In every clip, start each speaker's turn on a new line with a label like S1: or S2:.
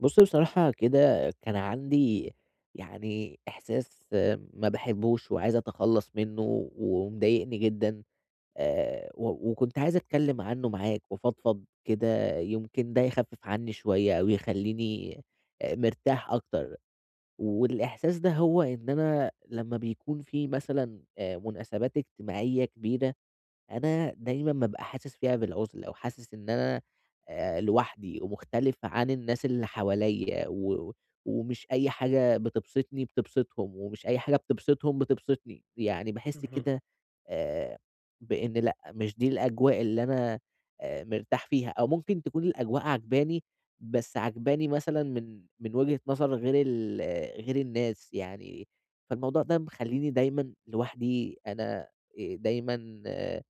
S1: بُص بصراحة كده كان عندي يعني إحساس آه، ما باحبّوش وعايز أتخلّص منّه ومضايقني جدًا. و وكنت عايز أتكلّم عنّه معاك وأفضفض كده، يمكن ده يخفّف عنّي شوية أو يخلّيني مرتاح أكتر. والإحساس ده هو إن أنا لمّا بيكون في مثلًا مناسبات اجتماعية كبيرة، أنا دايمًا بابقى حاسس فيها بالعُزلة، وحاسس إن أنا لوحدي ومختلف عن الناس اللي حواليّا، و ومش أي حاجة بتبسطني بتبسطهم، ومش أي حاجة بتبسطهم بتبسطني، يعني باحس
S2: اهم.
S1: كده آآ بإن لأ، مش دي الأجواء اللي أنا مرتاح فيها، أو ممكن تكون الأجواء عاجباني، بس عاجباني مثلًا من وجهة نظر غير ال آه، غير الناس يعني، فالموضوع ده مخلّيني دايمًا لوحدي، أنا دايمًا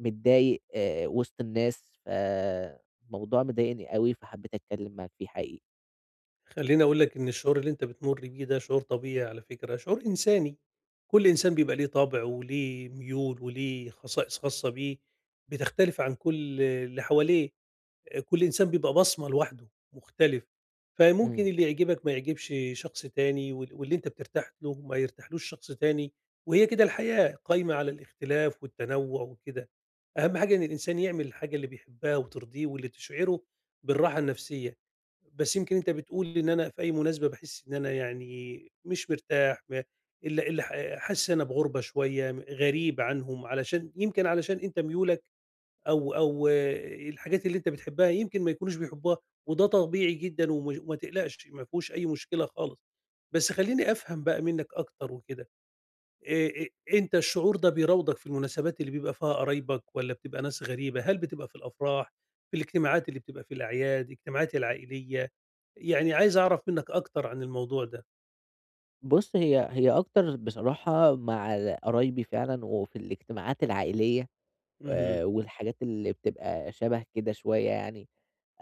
S1: متضايق وسط الناس، فالموضوع مضايقني أوي، فحبيت أتكلّم معاك فيه حقيقي.
S2: خلّيني أقول لك إن الشعور اللي أنت بتمُر بيه ده شعور طبيعي على فكرة، شعور إنساني، كل إنسان بيبقى ليه طَبع وليه ميول وليه خصائص خاصة بيه، بتختلف عن كل اللي حواليه. كل إنسان بيبقى بصمة لوحده، مختلف، فممكن
S1: إمم.
S2: اللي يعجبك ما يعجبش شخص تاني واللي أنت بترتاح له ما يرتاحلوش شخص تاني، وهي كده الحياة قايمة على الاختلاف والتنوع وكده. أهم حاجة إن الإنسان يعمل الحاجة اللي بيحبها وترضيه واللي تشعره بالراحة النفسية. بس يمكن أنت بتقول إن أنا في أي مناسبة باحس إن أنا يعني مش مرتاح م ال ال ح حاسس أنا بغُربة شوية، غريب عنهم، علشان يمكن علشان أنت ميولك أو آه، الحاجات اللي أنت بتحبها يمكن ما يكونوش بيحبوها، وده طبيعي جدًا ومش وما تقلقش ما فيهوش أي مشكلة خالص. بس خلّيني أفهم بقى منّك أكتر وكده، آآ، أ أنت الشعور ده بيراودك في المناسبات اللي بيبقى فيها قرايبك والّا بتبقى ناس غريبة؟ هل بتبقى في الأفراح، في الاجتماعات اللي بتبقى في الأعياد، الاجتماعات العائلية؟ يعني عايز أعرف منّك أكتر عن الموضوع ده.
S1: بُص، هي أكتر بصراحة مع ال قرايبي فعلًا وفي الاجتماعات العائلية
S2: اهم.
S1: والحاجات اللي بتبقى شَبه كده شوية يعني.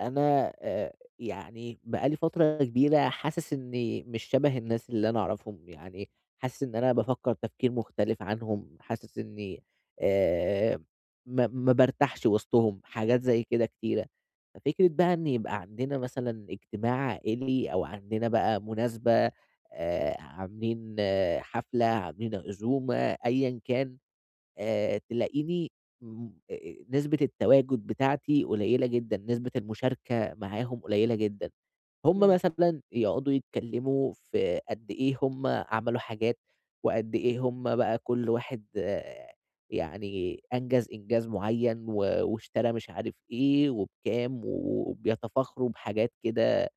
S1: أنا يعني بقى لي فترة كبيرة حاسس إنّي مش شَبه الناس اللي أنا أعرفهم، يعني حاسس إن أنا بافكّر تفكير مختلف عنهم، حاسس إنّي آآ ما بارتاحش وسطهم، حاجات زي كده كتيرة. ففكرة بقى إن يبقى عندنا مثلًا اجتماع عائلي أو عندنا بقى مناسبة عاملين آه، حفلة، عاملين عزومة، أيًا كان. تلاقيني م نسبة التواجد بتاعتي قليلة جدًا، نسبة المشاركة معاهم قليلة جدًا. هم
S2: آه.
S1: مثلًا يقعدوا يتكلموا في قد إيه هم عملوا حاجات، وقد إيه هم بقى كل واحد آه، يعني أنجز إنجاز معيّن و واشترى مش عارف إيه وبكام، وبيتفاخروا بحاجات كده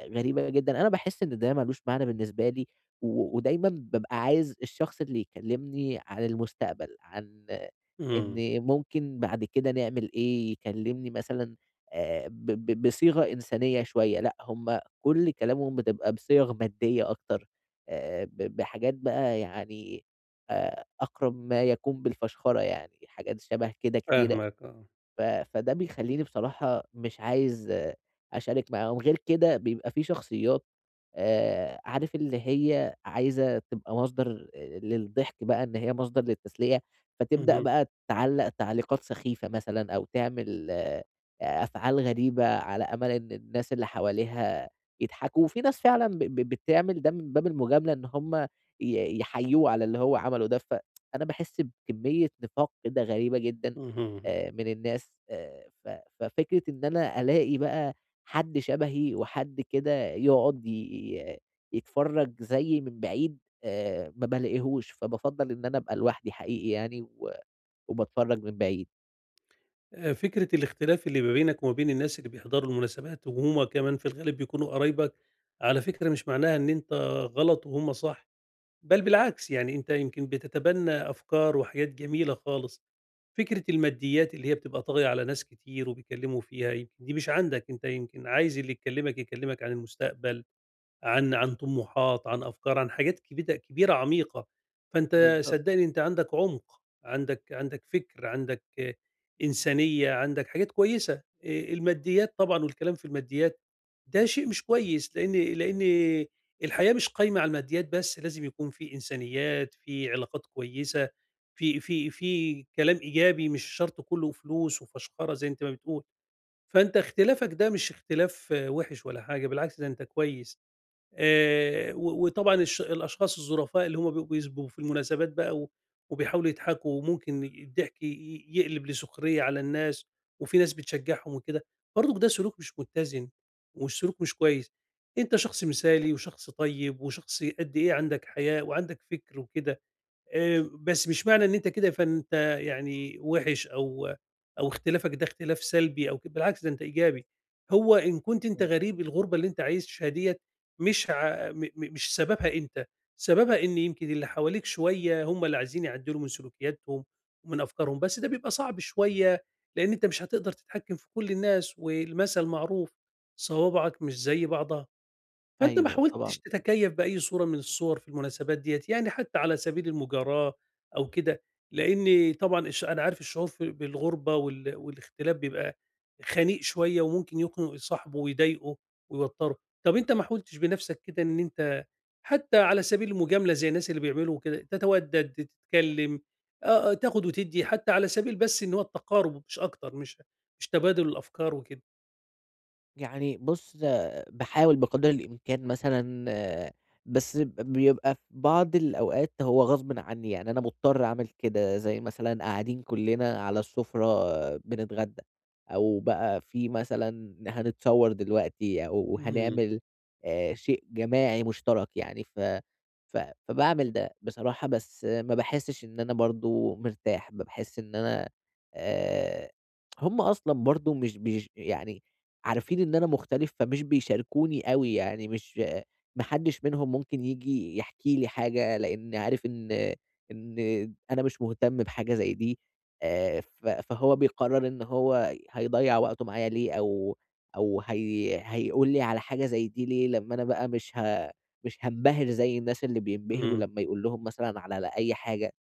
S1: غريبة جدًا. أنا باحس إن ده ما لوش معنى بالنسبة لي. و ودايمًا بابقى عايز الشخص اللي يكلّمني عن المستقبل، عن
S2: إمم،
S1: إن ممكن بعد كده نعمل إيه، يكلّمني مثلًا ب ب بصيغة إنسانية شوية، لأ هُم كل كلامهم بتبقى بصيغ مادية أكتر، ب بحاجات بقى يعني أقرب ما يكون بالفشخرة يعني، حاجات شبه كده كتيرة،
S2: فاهمك آه.
S1: ف فده بيخلّيني بصراحة مش عايز آه، أشارك معاهم. غير كده بيبقى في شخصيات عارف اللي هي عايزة تبقى مصدر للضحك بقى، إن هي مصدر للتسلية، فتبدأ
S2: اهم،
S1: بقى تعلّق تعليقات سخيفة مثلًا أو تعمل آه، أفعال غريبة على أمل إن الناس اللي حواليها يضحكوا، وفي ناس فعلًا ب ب بتعمل ده من باب المجاملة إن هم يحيّوه على اللي هو عمله ده، فأنا باحس بكمية نفاق كده غريبة جدًا
S2: اهم.
S1: من الناس ف ففكرة إن أنا ألاقي بقى حد شبهي وحد كده يقعد يتفرّج زيي من بعيد ما بالاقيهوش، فبافضّل إن أنا أبقى لوحدي حقيقي يعني و وباتفرّج من بعيد.
S2: فكرة الاختلاف اللي ما بينك وما بين الناس اللي بيحضروا المناسبات، وهُم كمان في الغالب بيكونوا قرايبك، على فكرة مش معناها إن أنت غلط وهُم صح، بل بالعكس يعني أنت يمكن بتتبنى أفكار وحاجات جميلة خالص. فكرة الماديات اللي هي بتبقى طاغية على ناس كتير وبيتكلموا فيها، يمكن دي مش عندك، أنت يمكن عايز اللي يكلمك يكلمك عن المستقبل عن طموحات، عن أفكار، عن حاجات كبيدة كبيرة عميقة، فأنت
S1: بالضبط.
S2: صدّقني أنت عندك عُمق، عندك فِكر، عندك آه، إنسانية، عندك حاجات كويسة، الماديات طبعًا والكلام في الماديات ده شيء مش كويس، لإن الحياة مش قايمة على الماديات بس، لازم يكون في إنسانيات، في علاقات كويسة، في كلام إيجابي مش شرط كلّه فلوس وفشخرة زي أنت ما بتقول، فأنت اختلافك ده مش اختلاف آه، وِحِش ولا حاجة، بالعكس ده أنت كويس. و وطبعًا الأشخاص الظُرفاء اللي هم بيبقوا بيسبقوا في المناسبات بقى و وبيحاولوا يضحكوا وممكن الضحك يقلب لسخرية على الناس وفي ناس بتشجّعهم وكده، برضُك ده سلوك مش متّزن وسلوك مش كويس. أنت شخص مثالي وشخص طيب وشخص قد إيه عندك حياء وعندك فِكْر وكده. بس مش معنى إن أنت كده فأنت يعني وِحِش أو اختلافك ده اختلاف سلبي أو ك بالعكس ده أنت إيجابي. هو إن كنت أنت
S1: إمم.
S2: غريب الغُربة اللي أنت عايشها ديّة مش ع م م مش سببها أنت، سببها إن يمكن اللي حواليك شوية هم اللي عايزين يعدّلوا من سلوكياتهم ومن أفكارهم، بس ده بيبقى صعب شوية لإن أنت مش هتقدر تتحكّم في كل الناس والمَثل معروف، صوابعك مش زي بعضها. فأنت ما
S1: أيوه طبعًا.
S2: حاولتش تتكيّف بأي صورة من الصور في المناسبات ديّة، يعني حتى على سبيل المجاراة أو كده، لإن طبعًا أنا عارف الشعور في بالغُربة وال والاختلاف بيبقى خنيق شوية وممكن يخنق صاحبه ويضايقه ويوتّره، طَب أنت ما حاولتش بنَفْسك كده إن أنت حتى على سبيل المجاملة زي الناس اللي بيعملوا كده، تتودّد، تتكلّم، آه، آه، تاخُد وتدّي حتى على سبيل بس إن هو التقارُب مش أكتر، مش تبادل الأفكار وكده؟
S1: يعني بُص، باحاول بقدر الإمكان مثلًا آه، بس بيبقى في بعض الأوقات هو غصبٍ عني، يعني أنا مضطر أعمل كده، زي مثلًا قاعدين كلّنا على السفرة آه، بنتغدى، أو بقى في مثلًا هنتصوّر دلوقتي أو
S2: إمم،
S1: هنعمل شيء جماعي مشترك يعني، ف ف فباعمل ده بصراحة، بس آه، ما باحسّش إن أنا برضه مرتاح، باحس إن أنا آآ هم أصلًا برضه مش بيش يعني عارفين إن أنا مختلف، فمش بيشاركوني أوي، يعني مش ما حدش منهم ممكن ييجي يحكي لي حاجة، لإن عارف إن أنا مش مهتم بحاجة زي دي، ف فهو بيقرر إن هو هيضيّع وقته معايا ليه، أو أو هي هيقول لي على حاجة زي دي ليه، لمّا أنا بقى مش هانبهر زي الناس اللي بينبهروا
S2: إمم.
S1: لمّا يقول لهم مثلًا على أي حاجة،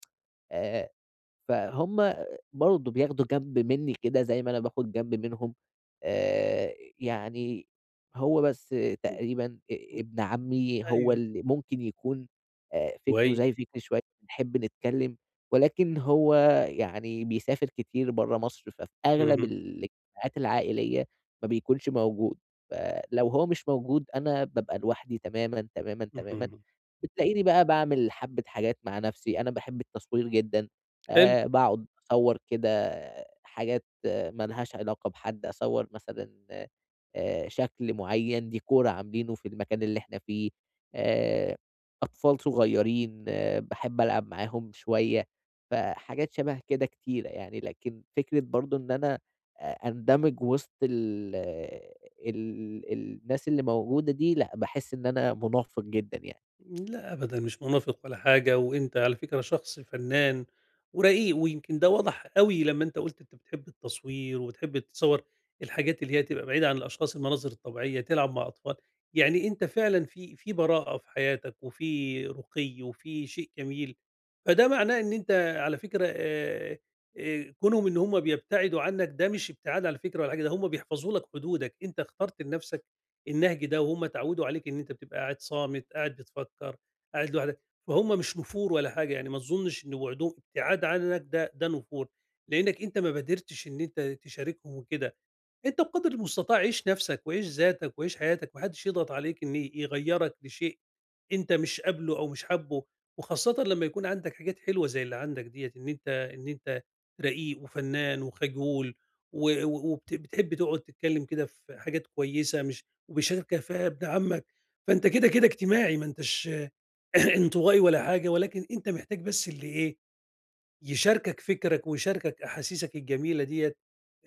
S1: آآ فهُم برضه بياخدوا جنب منّي كده زي ما أنا باخد جنب منهم، يعني هو بس
S2: إمم،
S1: تقريبًا
S2: إمم،
S1: ابن عمي هو
S2: أيوه،
S1: اللي ممكن يكون فكره
S2: كويس.
S1: زي فكري شوية، بنحب نتكلّم، ولكن هو يعني بيسافر كتير برّه مصر، ففي أغلب
S2: اهم،
S1: الاجتماعات العائلية ما بيكونش موجود، فلو هو مش موجود أنا بابقى لوحدي تمامًا، تمامًا، تمامًا.
S2: اهم،
S1: بتلاقيني بقى باعمل حبّة حاجات مع نَفْسي، أنا باحب التصوير جدًا.
S2: حلو،
S1: باقعد أصوّر كده حاجات ما لهاش علاقة بحد، أصوّر مثلًا شكل معيّن، ديكور عاملينه في المكان اللي إحنا فيه، آآ أطفال صغيّرين آه، باحب ألعب معاهم شوية، فحاجات شبه كده كتيرة يعني، لكن فكرة برضه إن أنا أندمج وسط ال ال الناس اللي موجودة دي لأ، باحس إن أنا منفّق جدًا يعني.
S2: لأ أبدًا مش منافق ولا حاجة، وأنت على فكرة شخص فنان ورقيق، ويمكن ده وضح أوي لمّا أنت قُلت أنت بتحب التصوير، وبتحب تصوّر الحاجات اللي هي تبقى بعيدة عن الأشخاص، المناظر الطبيعية، تلعب مع أطفال، يعني أنت فعلًا في براءة في حياتك، وفي رقي، وفي شيء جميل، فده معناه إن أنت على فكرة كونهم إن هُم بيبتعدوا عنك ده مش ابتعاد على فكرة ولا حاجة، ده هُم بيحفظوا لك حدودك، أنت اخترت لنفسك النهج ده وهم اتعودوا عليك إن أنت بتبقى قاعد صامت، قاعد بتفكّر، قاعد لوحدك، فهُم مش نفور ولا حاجة، يعني ما أظُنّش إن وُعدهم ابتعاد عنك ده نفور، لإنّك أنت ما بادرتش إن أنت تشاركهم وكده. أنت بقدر المستطاع عيش نَفْسك وعيش ذاتك وعيش حياتك، ما حدّش يضغط عليك إن يغيّرك لشيء أنت مش قابله أو مش حابّه، وخاصةً لمّا يكون عندك حاجات حلوة زي اللي عندك ديّة، إن أنت رقيق وفنّان وخجول و و وبت بتحب تقعد تتكلّم كده في حاجات كويسة مش وبيشاركك فيها ابن عمّك، فأنت كده، كده اجتماعي ما أنتش انطوائي ولا حاجة، ولكن أنت محتاج بس اللي إيه، يشاركك فكرك ويشاركك أحاسيسك الجميلة ديّة،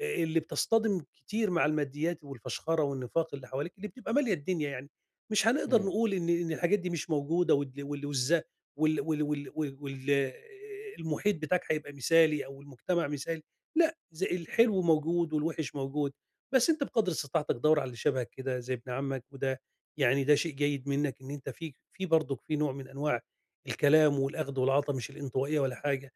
S2: اللي بتصطدم كتير مع الماديات والفشخرة والنفاق اللي حواليك، اللي بتبقى مالية الدنيا يعني. مش هنقدر
S1: إمم.
S2: نقول إن الحاجات دي مش موجودة وال وال والز وال وال وال وال وال المحيط بتاعك هيبقى مثالي أو المجتمع مثالي، لأ، الحلو موجود والوحش موجود، بس أنت بقدر استطاعتك دَوّر على اللي شبهك كده زي ابن عمك، وده يعني ده شيء جيد منّك إن أنت في برضك في نوع من أنواع الكلام والأخذ والعطا، مش الانطوائية ولا حاجة.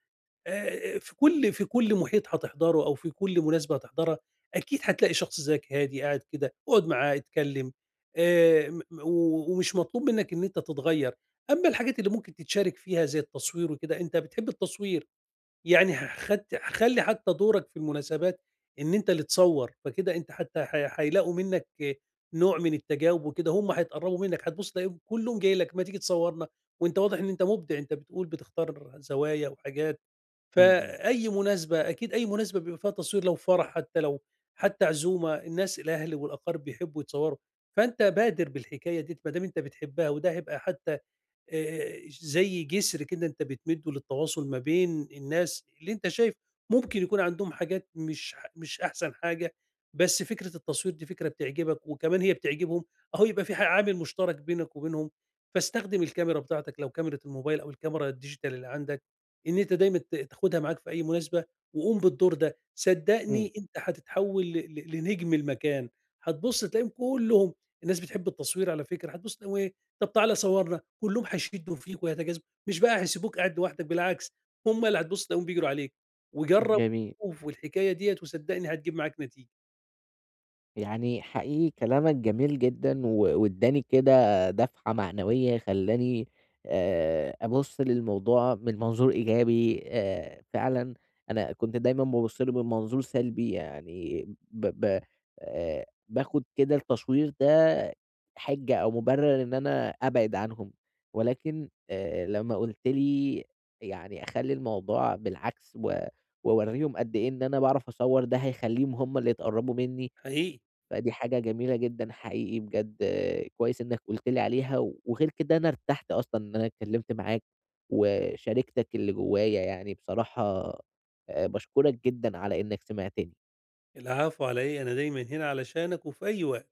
S2: في كل محيط هتحضره أو في كل مناسبة هتحضرها، أكيد هتلاقي شخص زيك هادي قاعد كده، اقعد معاه، اتكلم، م و ومش مطلوب منك إن أنت تتغيّر. أمّا الحاجات اللي ممكن تتشارك فيها زي التصوير وكده، أنت بتحب التصوير، يعني هخلّي حتى دورك في المناسبات إن أنت اللي تصوّر، فكده أنت حتى ه هيلاقوا منّك آه، نوع من التجاوب وكده، هم هيتقرّبوا منّك، هتبُص تلاقيهم كلّهم جاي لك، ما تيجي تصوّرنا، وأنت واضح إن أنت مُبدع، أنت بتقول بتختار زوايا وحاجات.
S1: إمم. إمم.
S2: فأي مناسبة أكيد أي مناسبة بيبقى فيها تصوير لو فرح حتى لو حتى عزومة الناس الأهل والأقارب بيحبوا يتصوروا، فأنت بادر بالحكاية ديّة ما دام أنت بتحبها وده هيبقى حتى زي جسر كده أنت بتمِدّه للتواصل ما بين الناس اللي أنت شايف ممكن يكون عندهم حاجات مش أحسن حاجة، بس فكرة التصوير دي فكرة بتعجبك وكمان هي بتعجبهم، أهو يبقى في عامل مشترك بينك وبينهم، فاستخدم الكاميرا بتاعتك لو كاميرا الموبايل أو الكاميرا الديجيتال اللي عندك، إن أنت دايمًا تاخدها معاك في أي مناسبة وقوم بالدور ده، صدّقني أنت هتتحوّل ل ل لنجم المكان، هتبُص تلاقيهم كلّهم الناس بتحب التصوير على فكرة، هتبُص تلاقيهم إيه، "طَب تعالَ صوّرنا." كلّهم هيشدّوا فيك ويتجاذبوا، مش بقى هيسيبوك قاعد لوحدك بالعكس، هم اللي هتبُص تلاقيهم بيجروا عليك،
S1: إمم.
S2: وجرّب
S1: جميل.
S2: وشوف والحكاية ديّة وصدّقني هتجيب معاك نتيجة،
S1: يعني حقيقي كلامك جميل جدًا و وادّاني كده دفعة معنوية خلّاني أبُص للموضوع من منظور إيجابي، فعلًا أنا كنت دايمًا بابُص له من منظور سلبي، يعني ب ب باخُد كده التشويق ده حِجة أو مُبرِّر إن أنا أبعد عنهم، ولكن لمّا قُلت لي يعني أخلّي الموضوع بالعكس و وأورّيهم قد إيه إن أنا باعرف أصوّر، ده هيخلّيهم هم اللي يتقرّبوا منّي.
S2: حقيقي.
S1: فدي حاجة جميلة جدًا حقيقي بجد آه، كويس إنك قُلت لي عليها، و- وغير كده أنا ارتحت أصلًا إن أنا اتكلمت معاك، وشاركتك اللي جوايا يعني بصراحة باشكرك جدًا على إنك سمعتني.
S2: العفو على إيه، أنا دايمًا هنا علشانك وفي أي وقت.